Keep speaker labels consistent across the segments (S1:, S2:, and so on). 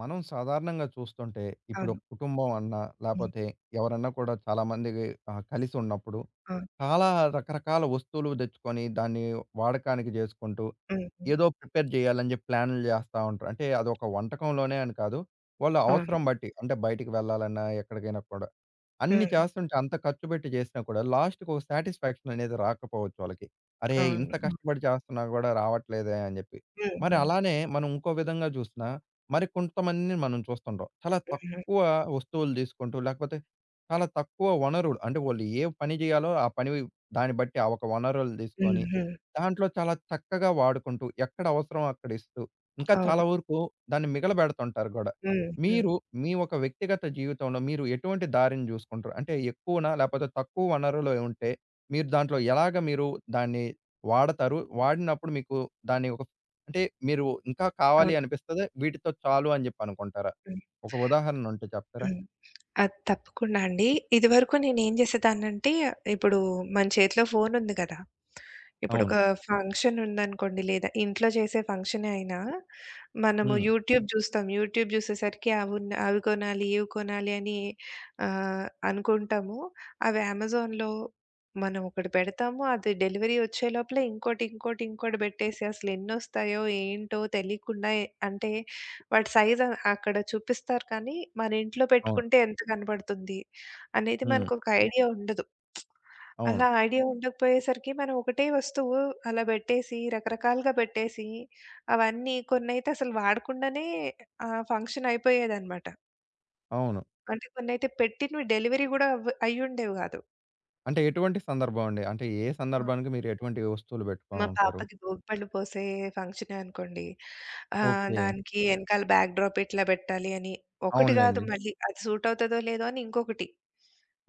S1: మనం సాధారణంగా చూస్తుంటే, ఇప్పుడు
S2: అవును.
S1: ఒక కుటుంబం అన్నా,
S2: హ్మ్.
S1: లేపోతే ఎవరన్నా కూడా చాలామంది కలిసి ఉన్నప్పుడు,
S2: అవును.
S1: చాలా రకరకాల వస్తువులు తెచ్చుకొని, దాన్ని వాడకానికి చేసుకుంటూ,
S2: హ్మ్. హ్మ్.
S1: ఏదో ప్రిపేర్ చేయాలని చెప్పి ప్లాన్లు చేస్తా ఉంటారు. అంటే అదొక వంటకంలోనే అని కాదు. వాళ్ళ
S2: అవును.
S1: అవసరం బట్టి, అంటే బయటికి వెళ్ళాలన్నా, ఎక్కడికైనా కూడా. అన్ని
S2: హ్మ్.
S1: చేస్తుంటే అంత ఖర్చు పెట్టి చేసినా కూడా లాస్ట్‌కి ఒక సాటిస్‌ఫాక్షన్ అనేది రాకపోవచ్చు వాళ్ళకి. అరే!
S2: అవును.
S1: ఇంత కష్టపడి చేస్తున్నా గూడా రావట్లేదే అని జెప్పి. మరి
S2: హుహు.
S1: అలానే మనం ఇంకో విధంగా జూసినా మరి కొంతమందిని మనం చూస్తుంటాం. చాలా
S2: హుహు. హుహు.
S1: తక్కువ వస్తువులు తీసుకుంటూ లేకపోతే చాలా తక్కువ వనరులు అంటే వాళ్ళు ఏ పని జేయాలో ఆ పని దాన్ని బట్టి ఆ ఒక వనరులు
S2: హ్మ్.
S1: తీసుకొని
S2: హ్మ్.
S1: దాంట్లో చాలా చక్కగా వాడుకుంటూ ఎక్కడ అవసరమో అక్కడ ఇస్తూ ఇంకా
S2: అవును.
S1: చాలా వరకు దాన్ని మిగలబెడుతుంటారు గూడా.
S2: హ్మ్. హ్మ్.
S1: మీరు మీ ఒక వ్యక్తిగత జీవితంలో మీరు ఎటువంటి దారిని జూసుకుంటారు? అంటే ఎక్కువనా? లేపోతే తక్కువ వనరులు ఉంటే మీరు దాంట్లో ఎలాగ మీరు దాన్ని వాడతారు? వాడినప్పుడు మీకు దాన్ని ఒక అంటే మీరు ఇంకా కావాలి
S2: అవును.
S1: అనిపిస్తదా? వీటితో చాలు అని జెప్పి అనుకుంటారా?
S2: హ్మ్.
S1: ఒక ఉదాహరణ ఉంటే చెప్తారా?
S2: హ్మ్. ఆ! తప్పకుండా అండి. ఇదివరకు నేనేం చేసేదాన్నంటే, ఇప్పుడు మన చేతిలో ఫోనుంది కదా! ఇప్పుడొక
S1: అవును.
S2: ఫంక్షన్ ఉందనుకోండి, లేదా ఇంట్లో చేసే ఫంక్షనే అయినా, మనము
S1: హ్మ్.
S2: యూట్యూబ్ చూస్తాం. యూట్యూబ్ చూసేసరికి అవి కొనాలి, ఇవి కొనాలి అని అనుకుంటాము. అవి అమెజాన్‌లో మనం ఒకటి పెడతాము. అది డెలివరీ వచ్చే లోపల ఇంకోటి, ఇంకోటి, ఇంకోటి పెట్టేసి అసలెన్నొస్తాయో, ఏంటో తెలియకుండా అంటే వాటి సైజ్ అక్కడ చూపిస్తారు కానీ, మన ఇంట్లో
S1: అవును.
S2: పెట్టుకుంటే ఎంత కనపడుతుంది అనేది
S1: హ్మ్.
S2: మనకొక ఐడియా ఉండదు.
S1: అవును.
S2: అలా ఐడియా ఉండకపోయేసరికి మనం ఒకటే వస్తువు అలా బెట్టేసి, రకరకాలుగా బెట్టేసి, అవన్నీ కొన్నైతే అసలు వాడకుండానే ఫంక్షన్ అయిపోయేదనమాట.
S1: అవును.
S2: అంటే కొన్నైతే పెట్టినవి డెలివరీ గూడా అయ్యుండేవి గాదు.
S1: అంటే ఎటువంటి సందర్భం అండి? అంటే ఏ
S2: ఆ!
S1: సందర్భానికి మీరు ఎటువంటి వస్తువులు
S2: మా
S1: బెట్టుకోనుంటారు?
S2: పాపకి భోగిపళ్ళు పోసే ఫంక్షనే అనుకోండి.
S1: ఓకే.
S2: దానికి ఎనకాల బ్యాక్ డ్రాప్ ఇట్లా బెట్టాలి అని ఒకటి గాదు
S1: అవునులెండి.
S2: మళ్ళీ అది సూట్ అవుతదో లేదో అని ఇంకొకటి.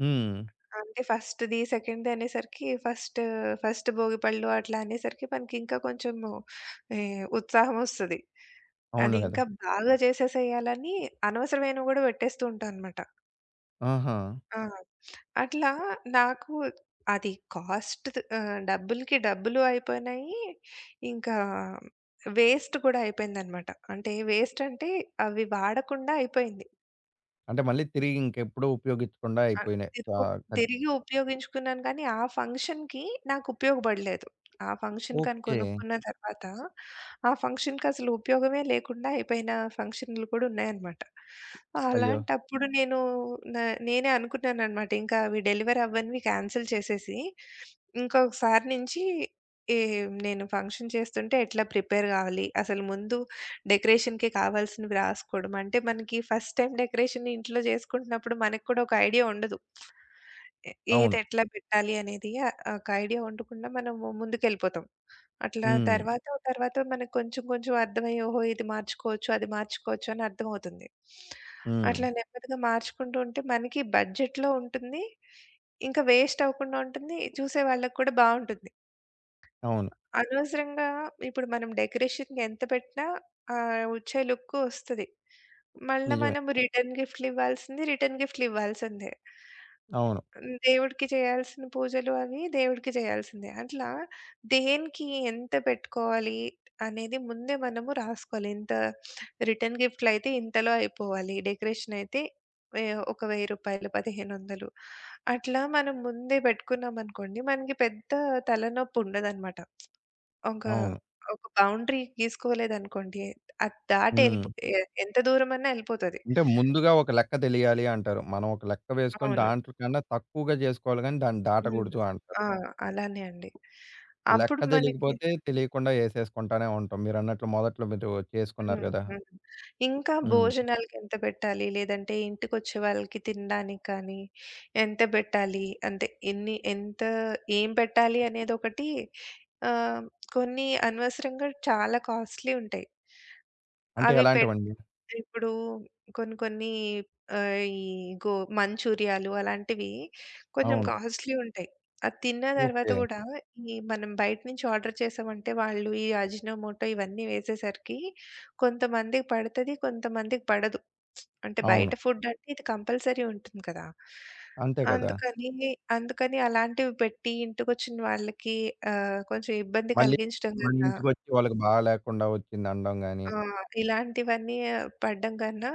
S1: హ్మ్.
S2: అంటే ఫస్ట్‌ది, సెకండ్‌ది అనేసరికి ఫస్ట్ ఫస్ట్ భోగి పళ్ళు అట్లా అనేసరికి మనకింకా కొంచెము ఈ ఉత్సాహమొస్తది. అది
S1: అవును గదా!
S2: ఇంకా బాగా చేసేసేయాలని అనవసరమైనవి గూడా పెట్టేస్తూ ఉంటా అనమాట.
S1: ఆహా!
S2: ఆ! అట్లా నాకు అది కాస్ట్ డబ్బులకి డబ్బులు అయిపోయినాయి. ఇంకా వేస్ట్ కూడా అయిపోయిందనమాట. అంటే వేస్ట్ అంటే అవి వాడకుండా అయిపోయింది.
S1: అంటే మళ్ళీ తిరిగి ఇంకెప్పుడు ఉపయోగించకుండా
S2: ఆ!
S1: అయిపోయినాయి.
S2: తిరుగు
S1: ఆహ్, కద్
S2: తిరిగి ఉపయోగించుకున్నాను కానీ, ఆ ఫంక్షన్‌కి నాకు ఉపయోగపడలేదు. ఆ ఫంక్షన్ కానీ
S1: ఓకే.
S2: కొనుక్కున్న తర్వాత, ఆ ఫంక్షన్‌కసలు ఉపయోగమే లేకుండా అయిపోయిన ఫంక్షన్‌లు కూడా ఉన్నాయన్నమాట.
S1: అయ్యో!
S2: అలాంటప్పుడు నేను న నేనే అనుకున్నానన్నమాట. ఇంకా అవి డెలివరీ అవ్వనివి క్యాన్సిల్ చేసేసి, ఇంకొకసారి నుంచి ఈ నేను ఫంక్షన్ చేస్తుంటే ఎట్లా ప్రిపేర్ కావాలి, అసలు ముందు డెకరేషన్‌కి కావాల్సినవి రాసుకోవడం. అంటే మనకి ఫస్ట్ టైమ్ డెకరేషన్ ఇంట్లో చేసుకుంటున్నప్పుడు మనకు కూడా ఒక ఐడియా ఉండదు. ఎ ఏది
S1: అవును.
S2: ఎట్లా పెట్టాలి అనేది ఒక ఐడియా ఉండకుండా మనము ముందుకెళ్ళిపోతాం. అట్లా
S1: హ్మ్.
S2: తర్వాత తర్వాత మనకు కొంచెం కొంచెం అర్థమయ్యి ఓహో! ఇది మార్చుకోవచ్చు, అది మార్చుకోవచ్చు అని అర్థమవుతుంది.
S1: హ్మ్.
S2: అట్లా నెమ్మదిగా మార్చుకుంటూ ఉంటే మనకి బడ్జెట్‌లో ఉంటుంది. ఇంకా వేస్ట్ అవ్వకుండా ఉంటుంది. చూసే వాళ్ళకి కూడా బావుంటుంది.
S1: అవును.
S2: అనవసరంగా ఇప్పుడు మనం డెకరేషన్‌కి ఎంత పెట్టినా వచ్చే లుక్ వస్తది. మళ్ళా
S1: నిజమే.
S2: మనం రిటర్న్ గిఫ్ట్‌లు ఇవ్వాల్సింది రిటర్న్ గిఫ్ట్‌లు ఇవ్వాల్సిందే.
S1: అవును.
S2: దేవుడికి చేయాల్సిన పూజలు అవి దేవుడికి చేయాల్సిందే. అట్లా దేనికి ఎంత పెట్టుకోవాలి అనేది ముందే మనము రాసుకోవాలి. ఇంత రిటర్న్ గిఫ్ట్‌లు అయితే ఇంతలో అయిపోవాలి. డెకరేషన్ అయితే వే ఒక రూ. 1000, 1500 అట్లా మనం ముందే పెట్టుకున్నామనుకోండి మనకి పెద్ద తలనొప్పి ఉండదనమాట. ఒక,
S1: అవును.
S2: ఒక బౌండరీ గీసుకోలేదనుకోండి, అది దాటి
S1: హ్మ్.
S2: ఎళ్ళిపో ఎ ఎంత దూరమన్నా ఎళ్ళిపోతది.
S1: అంటే ముందుగా ఒక లెక్క తెలియాలి అంటారు. మనం ఒక లెక్క వేసుకొని
S2: అవును.
S1: దాంట్లో కన్నా తక్కువగా చేసుకోవాలి గానీ దాన్ని
S2: హ్మ్.
S1: దాటకూడదు అంటారు.
S2: ఆ! అలానే అండి. అప్పుడు
S1: లెక్క
S2: మనకి
S1: తెలియకపోతే తెలియకుండా ఏసేసుకుంటానే ఉంటాం. మీరన్నట్లు మొదట్లో మీరు చేసుకున్నారు
S2: హ్మ్.
S1: గదా!
S2: హ్మ్. ఇంకా
S1: హ్మ్.
S2: భోజనాలకెంత పెట్టాలి? లేదంటే ఇంటికొచ్చే వాళ్ళకి తినడానికి కానీ, ఎంత పెట్టాలి? అంటే ఎన్ని ఎంత ఏం పెట్టాలి అనేదొకటి ఆహ్, కొన్ని అనవసరంగా చాలా కాస్ట్‌లీ ఉంటాయి.
S1: అంటే
S2: అవి పెట్
S1: ఎలాంటివండి?
S2: ఇప్పుడు కొన్ని కొన్ని ఆహ్, ఈ గో మంచూరియాలు అలాంటివి కొంచెం
S1: అవును.
S2: కాస్ట్‌లీ ఉంటాయి. అది తిన్న తర్వాత
S1: ఓకే.
S2: కూడా ఈ మనం బయట నుంచి ఆర్డర్ చేసామంటే వాళ్ళు ఈ అజినోమోటో ఇవన్నీ వేసేసరికి కొంతమందికి పడతది. కొంతమందికి పడదు. అంటే
S1: అవును.
S2: బయట ఫుడ్ అంటే ఇది కంపల్సరీ ఉంటుంది కదా!
S1: అంతే కదా!
S2: అందుకని, అందుకని అలాంటివి పెట్టి ఇంటికొచ్చిన వాళ్ళకి కొంచెం ఇబ్బంది
S1: మళ్ళీ
S2: కలిగించడం
S1: మన
S2: కదా!
S1: ఇంటికొచ్చి వాళ్ళకి బాలేకుండా వచ్చిందనడం గాని.
S2: ఆ! ఇలాంటివన్నీ పడడం కన్నా,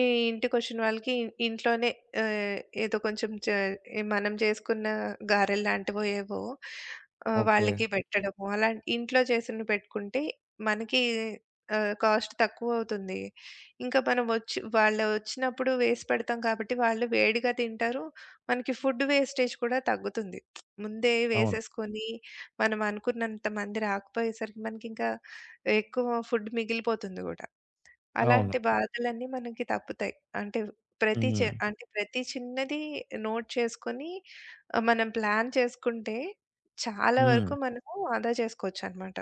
S2: ఈ ఇంటికొచ్చిన వాళ్ళకి ఇంట్లోనే ఏదో కొంచెం చే మనం చేసుకున్న గారెలు లాంటివో ఏవో
S1: ఓకే.
S2: వాళ్ళకి పెట్టడము. అలా ఇంట్లో చేసినవి పెట్టుకుంటే మనకి కాస్ట్ తక్కువ అవుతుంది. ఇంకా మనం వచ్చి వాళ్ళు వచ్చినప్పుడు వేసి పెడతాం కాబట్టి వాళ్ళు వేడిగా తింటారు. మనకి ఫుడ్ వేస్టేజ్ కూడా తగ్గుతుంది. ముందే
S1: అవును.
S2: వేసేసుకొని మనం అనుకున్నంత మంది రాకపోయేసరికి మనకింకా ఎక్కువ ఫుడ్ మిగిలిపోతుంది గూడా.
S1: అవును.
S2: అలాంటి బాధలన్నీ మనకి తప్పుతాయి. అంటే ప్రతి చె
S1: హ్మ్.
S2: అంటే ప్రతి చిన్నది నోట్ చేసుకొని మనం ప్లాన్ చేసుకుంటే చాలా
S1: హ్మ్.
S2: వరకు మనము ఆదా చేసుకోవచ్చనమాట.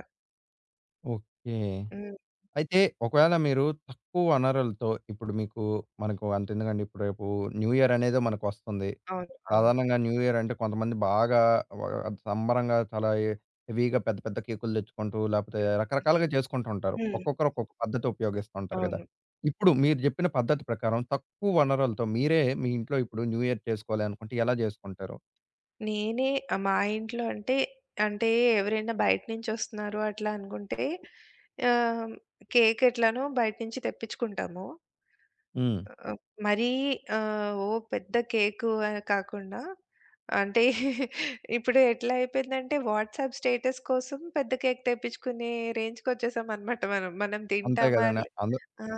S1: ఓకే.
S2: హ్మ్.
S1: అయితే ఒకవేళ మీరు తక్కువ వనరులతో ఇప్పుడు మీకు మనకు అంతెందుకండి ఇప్పుడు రేపు న్యూ ఇయర్ అనేదో మనకొస్తుంది.
S2: అవును. అవును.
S1: సాధారణంగా న్యూ ఇయర్ అంటే కొంతమంది బాగా వ సంబరంగా చాలా హెవీగా పెద్ద పెద్ద కేకులు తెచ్చుకుంటూ లేపోతే
S2: హ్మ్.
S1: రకరకాలుగా చేసుకుంటూ ఉంటారు.
S2: హ్మ్.
S1: ఒక్కొక్కరు ఒక్కొక్క పద్ధతి ఉపయోగిస్తూ ఉంటారు గదా!
S2: అవును.
S1: ఇప్పుడు మీరు జెప్పిన పద్ధతి ప్రకారం తక్కువ వనరులతో మీరే మీ ఇంట్లో ఇప్పుడు న్యూ ఇయర్ చేసుకోవాలి అనుకుంటే ఎలా జేసుకుంటారు?
S2: నేనే మా ఇంట్లో అంటే, అంటే ఎవరైనా బయట నుంచొస్తున్నారు అట్లా అనుకుంటే ఆహ్, కేక్ ఎట్లానో బయట నుంచి తెప్పించుకుంటాము.
S1: హ్మ్.
S2: ఆహ్, మరీ ఆహ్, ఓ పెద్ద కేకు అని కాకుండా అంటే ఇప్పుడు ఎట్లా అయిపోయిందంటే వాట్సాప్ స్టేటస్ కోసం పెద్ద కేక్ తెప్పించుకునే రేంజ్‌కొచ్చేసామనమాట మనం. మనం
S1: అంతే
S2: తింటామా
S1: గదండీ.
S2: లే
S1: అందరూ
S2: ఆ!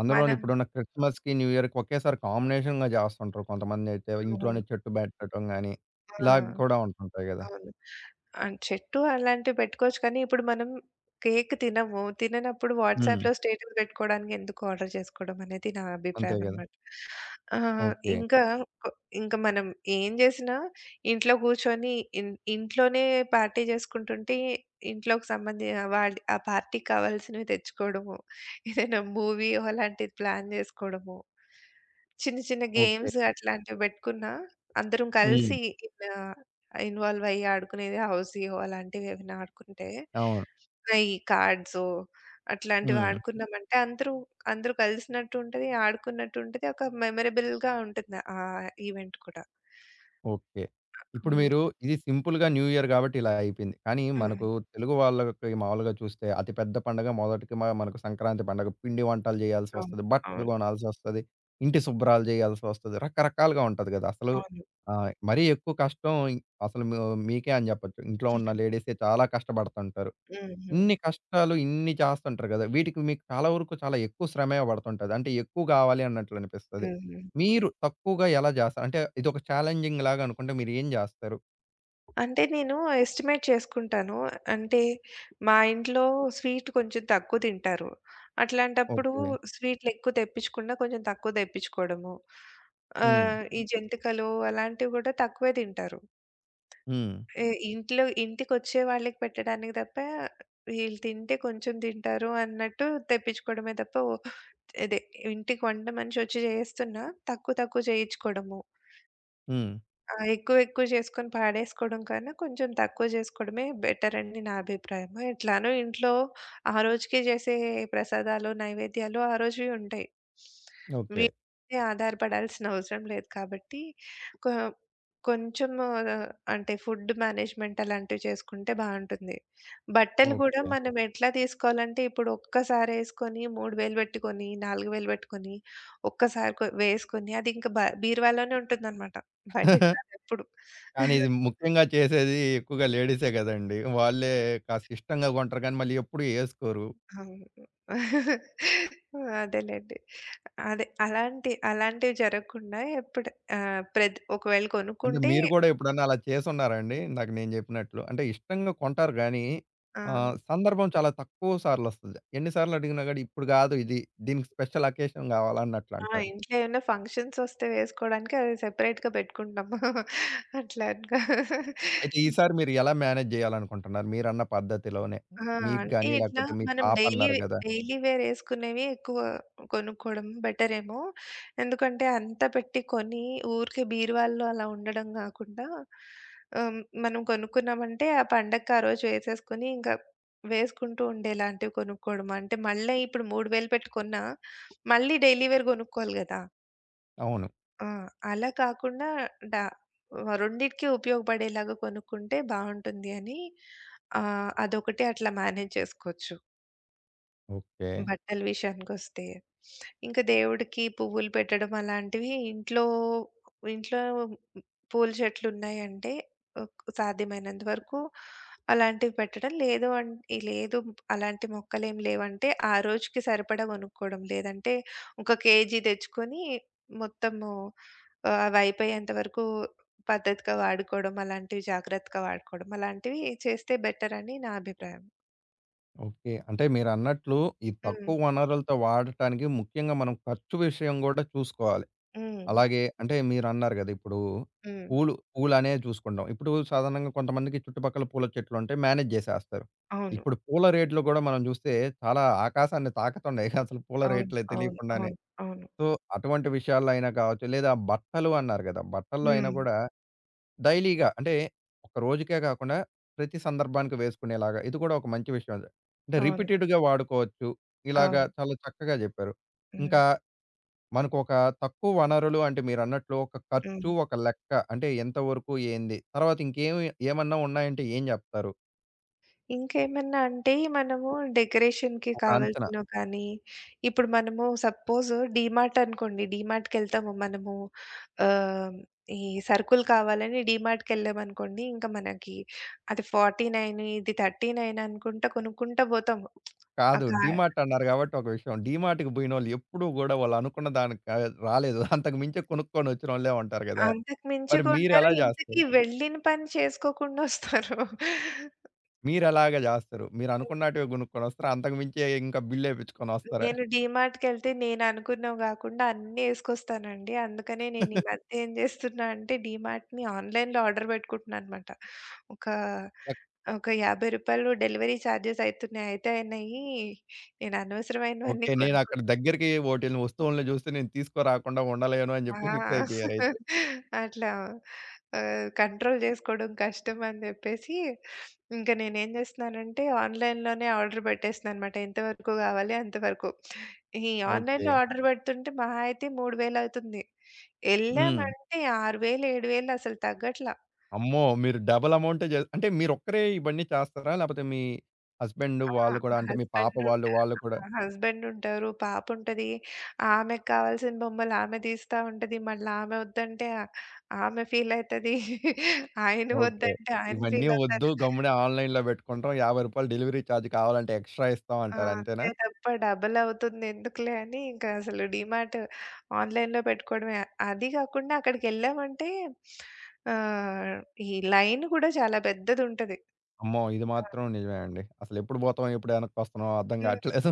S1: అందులోను
S2: మనం
S1: ఇప్పుడున్న క్రిస్మస్‌కి, న్యూ ఇయర్‌కి ఒకేసారి కాంబినేషన్‌గా చేస్తుంటారు. కొంతమందైతే
S2: అవును.
S1: ఇంట్లోనే చెట్టు పెట్టడం గాని,
S2: ఆ!
S1: ఇలా కూడా ఉంటుంటాయి గదా!
S2: అవును. చెట్టు అలాంటివి పెట్టుకోవచ్చు కానీ, ఇప్పుడు మనం కేక్ తినము. తిననప్పుడు
S1: హ్మ్.
S2: వాట్సాప్‌లో స్టేటస్ పెట్టుకోవడానికి ఎందుకు ఆర్డర్ చేసుకోవడం అనేది నా
S1: అంతే
S2: అభిప్రాయం
S1: గదా!
S2: అనమాట. ఆహ్,
S1: ఓకే.
S2: ఇంకా కొ ఇంకా మనం ఏం చేసినా ఇంట్లో కూర్చొని ఇంట్లోనే పార్టీ చేసుకుంటుంటే, ఇంట్లోకి సంబంధి వాళ్ళ ఆ పార్టీకి కావాల్సినవి తెచ్చుకోవడము, ఏదైనా మూవీయో అలాంటిది ప్లాన్ చేసుకోవడము, చిన్న చిన్న
S1: ఓకే.
S2: గేమ్స్ అట్లాంటివి పెట్టుకున్నా అందరం
S1: హ్మ్.
S2: కలిసి ఇలా ఇన్వాల్వ్ అయ్యి ఆడుకునేది హౌసీయో అలాంటివి ఏమైనా ఆడుకుంటే,
S1: అవును.
S2: ఈ కార్డ్సో అట్లాంటివి
S1: హ్మ్.
S2: ఆడుకున్నామంటే అందరూ అందరూ కలిసినట్టు ఉంటది. ఆడుకున్నట్టు ఉంటది. ఒక మెమరబుల్‌గా ఉంటుంది ఆ ఈవెంట్ కూడా.
S1: ఓకే. ఇప్పుడు
S2: హ్మ్.
S1: మీరు ఇది సింపుల్‌గా న్యూ ఇయర్ గాబట్టి ఇలా అయిపోయింది. కానీ
S2: హ్మ్.
S1: మనకు తెలుగు వాళ్ళకి మామూలుగా చూస్తే అతి పెద్ద పండగ మొదటికి మనకు సంక్రాంతి పండగ. పిండి వంటలు
S2: అవును.
S1: జేయాల్సొస్తది. బట్టలు
S2: అవును.
S1: గొనాల్సొస్తది. ఇంటి శుభ్రాలు జేయాల్సొస్తది. రకరకాలుగా ఉంటది గదా! అసలు
S2: అవును.
S1: మరీ ఎక్కువ కష్టం అసలు మీకే అని జెప్పొచ్చు. ఇంట్లో ఉన్న లేడీసే చాలా కష్టపడుతుంటారు.
S2: హుహు. హుహు.
S1: ఇన్ని కష్టాలు, ఇన్ని చేస్తుంటారు గదా! వీటికి మీకు చాలా వరకు చాలా ఎక్కువ శ్రమే పడుతుంటది. అంటే ఎక్కువ గావాలి అన్నట్లు అనిపిస్తది.
S2: హుహు.
S1: మీరు తక్కువగా ఎలా జేస్తారు? అంటే ఇదొక ఛాలెంజింగ్ లాగా అనుకుంటే మీరు ఏం జేస్తారు?
S2: అంటే నేను ఎస్టిమేట్ చేసుకుంటాను. అంటే మా ఇంట్లో స్వీట్ కొంచెం తక్కువ తింటారు. అట్లాంటప్పుడు
S1: ఓకే.
S2: స్వీట్‌లెక్కువ తెప్పించకుండా కొంచెం తక్కువ తెప్పించుకోవడము.
S1: హ్మ్.
S2: ఈ జంతికలు అలాంటివి గూడా తక్కువే తింటారు.
S1: హ్మ్.
S2: ఎ ఇంట్లో ఇంటికొచ్చే వాళ్ళకి పెట్టడానికి తప్ప వీళ్ళు తింటే కొంచెం తింటారు అన్నట్టు తెప్పించుకోవడమే తప్ప అదే ఇంటికి వంట మనిషి వచ్చి చేస్తున్నా తక్కువ తక్కువ చేయించుకోవడము.
S1: హ్మ్.
S2: ఆ! ఎక్కువెక్కువ చేసుకొని పాడేసుకోవడం కన్నా, కొంచెం తక్కువ చేసుకోవడమే బెటర్ అని నా అభిప్రాయము. ఎట్లానో ఇంట్లో ఆ రోజుకి చేసే ప్రసాదాలు, నైవేద్యాలు ఆ రోజువి ఉంటాయి.
S1: ఓకే.
S2: వీటి మీదే ఆధారపడాల్సిన అవసరం లేదు కాబట్టి, కొ కొంచెము అంటే ఫుడ్ మేనేజ్‌మెంట్ అలాంటివి చేసుకుంటే బావుంటుంది. బట్టలు కూడా
S1: ఓకే.
S2: మనం ఎట్లా తీసుకోవాలంటే, ఇప్పుడు ఒక్కసారి ఏసుకొని 3000 పెట్టుకొని, 4000 పెట్టుకొని, ఒక్కసారి కొ వేసుకొని అది ఇంకా బీరువాలోనే ఉంటుందనమాట. బయటకి రాదెప్పుడు.
S1: కానీ ఇది ముఖ్యంగా చేసేది ఎక్కువగా లేడీసే గదండీ! వాళ్ళే కాస్త ఇష్టంగా కొంటారు కానీ మళ్ళీ ఎప్పుడు ఏసుకోరు.
S2: అవును. అదేలెండి. అలాంటి అలాంటివి జరగకుండా ఎప్పుడు ప్రతి ఒకవేళ
S1: అంటే
S2: కొనుక్కుంటే
S1: మీరు కూడా ఎప్పుడన్నా అలా చేసున్నారా అండి? ఇందాక నేను జెప్పినట్లు. అంటే ఇష్టంగా కొంటారు గానీ,
S2: ఆ!
S1: సందర్భం చాలా తక్కువ సార్లొస్తది. ఎన్ని సార్లు వస్తుంది. ఎన్నిసార్లు అడిగినా గాని ఇప్పుడు గాదు ఇది. దీనికి స్పెషల్ అకేషన్ గావాలన్నట్లు
S2: ఆ!
S1: అంటారు.
S2: ఇంట్లో ఏమైనా ఫంక్షన్స్ వస్తే వేసుకోవడానికి అది సెపరేట్‌గా పెట్టుకుంటాం. అట్లా అనుకో.
S1: అయితే ఈసారి మీరు ఎలా మేనేజ్ జేయాలనుకుంటున్నారు? మీరన్న పద్ధతిలోనే.
S2: ఆ!
S1: మీకు
S2: అంటే
S1: గాని
S2: ఇట్లా
S1: లేకపోతే మీ
S2: మనం
S1: పాప
S2: డైలీ
S1: అన్నారు గదా!
S2: డైలీ వేర్ యేసుకునేవి ఎక్కువ కొనుక్కోవడం బెటరేమో. ఎందుకంటే అంత పెట్టి కొని ఊరికే బీరువాల్లో అలా ఉండడం గాకుండా మనం కొనుక్కున్నామంటే ఆ పండగకి ఆ రోజు వేసేసుకొని ఇంకా వేసుకుంటూ ఉండేలాంటివి కొనుక్కోవడం. అంటే మళ్ళీ ఇప్పుడు 3000 పెట్టి కొన్నా మళ్ళీ డైలీ వేర్ కొనుక్కోవాలి గదా!
S1: అవును.
S2: ఆ! అలా కాకుండా డ రెండిటికి ఉపయోగపడేలాగా కొనుక్కుంటే బావుంటుంది అని అదొకటి అట్లా మేనేజ్ చేసుకోవచ్చు.
S1: ఓకే.
S2: బట్టల విషయానికొస్తే, ఇంక దేవుడికి పువ్వులు పెట్టడం అలాంటివి ఇంట్లో ఇంట్లో పూల చెట్లున్నాయంటే సాధ్యమైనంత వరకు అలాంటివి పెట్టడం. లేదు అలాంటి మొక్కలేం లేవంటే, ఆ రోజుకి సరిపడా కొనుక్కోవడం. లేదంటే ఒక కేజీ తెచ్చుకొని మొత్తము అవయిపోయేంత వరకు పద్ధతిగా వాడుకోవడం, అలాంటివి జాగ్రత్తగా వాడుకోవడం. అలాంటివి చేస్తే బెటర్ అని నా అభిప్రాయం.
S1: ఓకే. అంటే మీరన్నట్లు ఈ
S2: హ్మ్.
S1: తక్కువ వనరులతో వాడటానికి ముఖ్యంగా మనం ఖర్చు విషయం గూడా చూసుకోవాలి.
S2: హ్మ్.
S1: అలాగే అంటే మీరన్నారు గదా! ఇప్పుడు
S2: హ్మ్.
S1: పూలు పూలనే చూసుకుంటాం. ఇప్పుడు సాధారణంగా కొంతమందికి చుట్టుపక్కల పూల చెట్లుంటాయి. మేనేజ్ జేసేస్తారు.
S2: అవును.
S1: ఇప్పుడు పూల రేట్లు గూడా మనం జూస్తే చాలా ఆకాశాన్ని తాకతున్నాయి. అసలు పూల
S2: అవును.
S1: రేట్లే
S2: అవును.
S1: తెలియకుండానే.
S2: అవును. అవును.
S1: సో, అటువంటి విషయాల్లో అయినా కావచ్చు, లేదా బట్టలు అన్నారు గదా! బట్టల్లో అయినా
S2: హ్మ్.
S1: గూడా డైలీగా అంటే ఒక రోజుకే కాకుండా ప్రతి సందర్భానికి వేసుకునేలాగా ఇది కూడా ఒక మంచి విషయం. అంటే
S2: అవును.
S1: రిపీటెడ్‌గా వాడుకోవచ్చు. ఇలాగా
S2: అవును.
S1: చాలా చక్కగా జెప్పారు.
S2: హ్మ్.
S1: ఇంకా మనకొక తక్కువ వనరులు అంటే మీరన్నట్లు ఒక
S2: హ్మ్.
S1: ఖర్చు, ఒక లెక్క. అంటే ఎంతవరకు ఏంది? తర్వాత ఇంకేమి ఏమన్నా ఉన్నాయంటే ఏం జెప్తారు?
S2: ఇంకేమన్నా అంటే మనము డెకరేషన్‌కి
S1: ఒక అంచనా.
S2: కావాల్సినవి కానీ, ఇప్పుడు మనము సపోజ్ డీమార్ట్ అనుకోండి. డీమార్ట్‌కెళ్తాము మనము ఆహ్, ఈ సరుకులు కావాలని డీమార్ట్‌కెళ్ళామనుకోండి. ఇంకా మనకి అది 49 ఇది 39 అనుకుంటా కొనుక్కుంటా పోతాము. ఆ
S1: కాదు
S2: కా
S1: డీమార్ట్ అన్నారు గాబట్టి ఒక విషయం. డీమార్ట్‌కి బోయినోళ్ళు ఎప్పుడూ గూడా వాళ్ళు అనుకున్న దానికి కాదు రాలేదు. అంతకు మించి కొనుక్కొనొచ్చినోళ్ళే ఉంటారు గదా!
S2: అంతకు మించి
S1: మరి
S2: కొంటారు.
S1: మీరెలా
S2: ఇంతకీ
S1: జేస్తారు?
S2: వెళ్ళిన పని చేసుకోకుండా వస్తారు.
S1: మీరెలాగా జేస్తారు? మీరనుకున్నటివి గొనుక్కొనొస్తారా? అంతకు మించి ఇంకా బిల్లేపిచ్చుకొనొస్తారా?
S2: నేను డీమార్ట్‌కెళ్తే నేననుకున్నవి గాకుండా అన్నీ యేసుకొస్తానండి. అందుకనే
S1: ఎక్
S2: నేను ఈ మధ్య ఏం జేస్తున్నా అంటే డీమార్ట్‌ని ఆన్‌లైన్‌లో ఆర్డర్ బెట్టుకుంటున్నాననమాట. ఒక ఒక రూ. 50 డెలివరీ చార్జెస్ అయితున్నాయి. అయితే అయినయి నేను అనవసరమైనవన్నీ
S1: ఓకే.
S2: కొనుక్కు
S1: నేనక్కడ దగ్గరికి వోటిలిని వస్తువుల్ని జూసి నేను తీసుకురాకుండా ఉండలేను అని జెప్పి ఫిక్స్
S2: ఆ!
S1: అయిపోయారైతే.
S2: అట్లా కంట్రోల్ జేసుకోవడం కష్టం అని జెప్పేసి, ఇంక నేనేం జేస్తున్నానంటే ఆన్‌లైన్‌లోనే ఆర్డర్ పెట్టేస్తున్నాననమాట. ఎంతవరకు గావాలి అంతవరకు. ఈ
S1: ఓకే.
S2: ఆన్‌లైన్‌లో ఆర్డర్ పెడుతుంటే మహా అయితే 3000 అవుతుంది.
S1: హ్మ్.
S2: ఎళ్ళామంటే 6000, 7000 అసలు తగ్గట్లా.
S1: అమ్మో! మీరు డబుల్ అమౌంటే అంటే మీరొక్కరే ఇవన్నీ చేస్తారా? లేపోతే మీ హస్బెండ్
S2: ఆ!
S1: వాళ్ళు కూడా
S2: మా
S1: అంటే మీ పాప
S2: హస్బెండ్
S1: వాళ్ళు,
S2: ఉంటారు.
S1: వాళ్ళు కూడా
S2: ఆ! హస్బెండ్ ఉంటారు. పాప ఉంటది. ఆమెకి కావాల్సిన బొమ్మలు ఆమె తీస్తా ఉంటది. మళ్ళీ ఆమె వద్దంటే ఆమె ఫీల్ అయితది. ఆయన
S1: ఓకే.
S2: వద్దంటే ఆయన
S1: ఇవన్నీ
S2: ఫీల్
S1: వద్దు
S2: అవుతారు.
S1: గమ్మునే ఆన్‌లైన్‌లో పెట్టుకుంటాం. రూ. 50 డెలివరీ ఛార్జ్ కావాలంటే ఎక్స్‌ట్రా ఇస్తాం
S2: ఆ!
S1: అంటారు అంతేనా?
S2: అంతే తప్ప డబల్ అవుతుంది ఎందుకులే అని ఇంకా అసలు డీమార్ట్ ఆన్‌లైన్‌లో పెట్టుకోవడమే. అది కాకుండా అక్కడికెళ్ళామంటే ఆహ్, ఈ లైన్ కూడా చాలా పెద్దదుంటది.
S1: అమ్మో! ఇది
S2: ఆ!
S1: మాత్రం నిజమే అండి. అసలెప్పుడు పోతాం, ఎప్పుడు ఎనక్కొస్తున్నామో అర్థం
S2: హ్మ్.
S1: కావట్లేదు.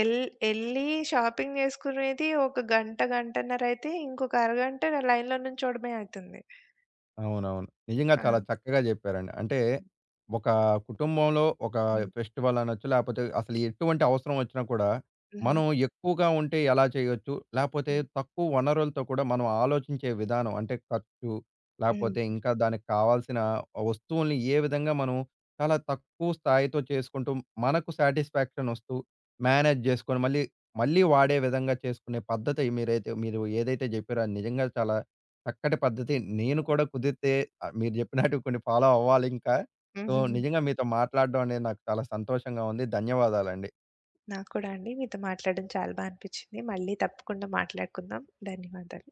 S2: ఎల్ ఎళ్లి షాపింగ్ జేసుకునేది ఒక గంట, గంటన్నరయితే ఇంకొక అరగంట లైన్‌లో నుంచోడమే అయితుంది.
S1: అవునవును. నిజంగా
S2: ఆ!
S1: చాలా చక్కగా జెప్పారండి. అంటే ఒక కుటుంబంలో ఒక
S2: హ్మ్.
S1: ఫెస్టివల్ అనొచ్చు, లేపోతే అసలు ఎటువంటి అవసరం ఒచ్చినా కూడా
S2: హుహు.
S1: మనం ఎక్కువగా ఉంటే ఎలా చేయొచ్చు? లేపోతే తక్కువ వనరులతో కూడా మనం ఆలోచించే విధానం అంటే ఖర్చు,
S2: హ్మ్.
S1: లేపోతే ఇంకా దానికి కావాల్సిన వస్తువుల్ని ఏ విధంగా మనం చాలా తక్కువ స్థాయితో చేసుకుంటూ మనకు సాటిస్ఫాక్షన్ ఒస్తూ మేనేజ్ జేసుకొని మళ్ళీ, మళ్ళీ వాడే విధంగా చేసుకునే పద్ధతి మీరైతే మీరు ఏదైతే జెప్పారో అది నిజంగా చాలా చక్కటి పద్ధతి. నేను కూడా కుదిరితే మీరు చెప్పినట్టు కొన్ని ఫాలో అవ్వాలింకా. సో,
S2: హుహు.
S1: నిజంగా మీతో మాట్లాడడం అనేది నాకు చాలా సంతోషంగా ఉంది. ధన్యవాదాలండి.
S2: నాకు కూడా అండి. మీతో మాట్లాడడం చాలా బా అనిపిచ్చింది. మళ్ళీ తప్పకుండా మాట్లాడుకుందాం. ధన్యవాదాలు.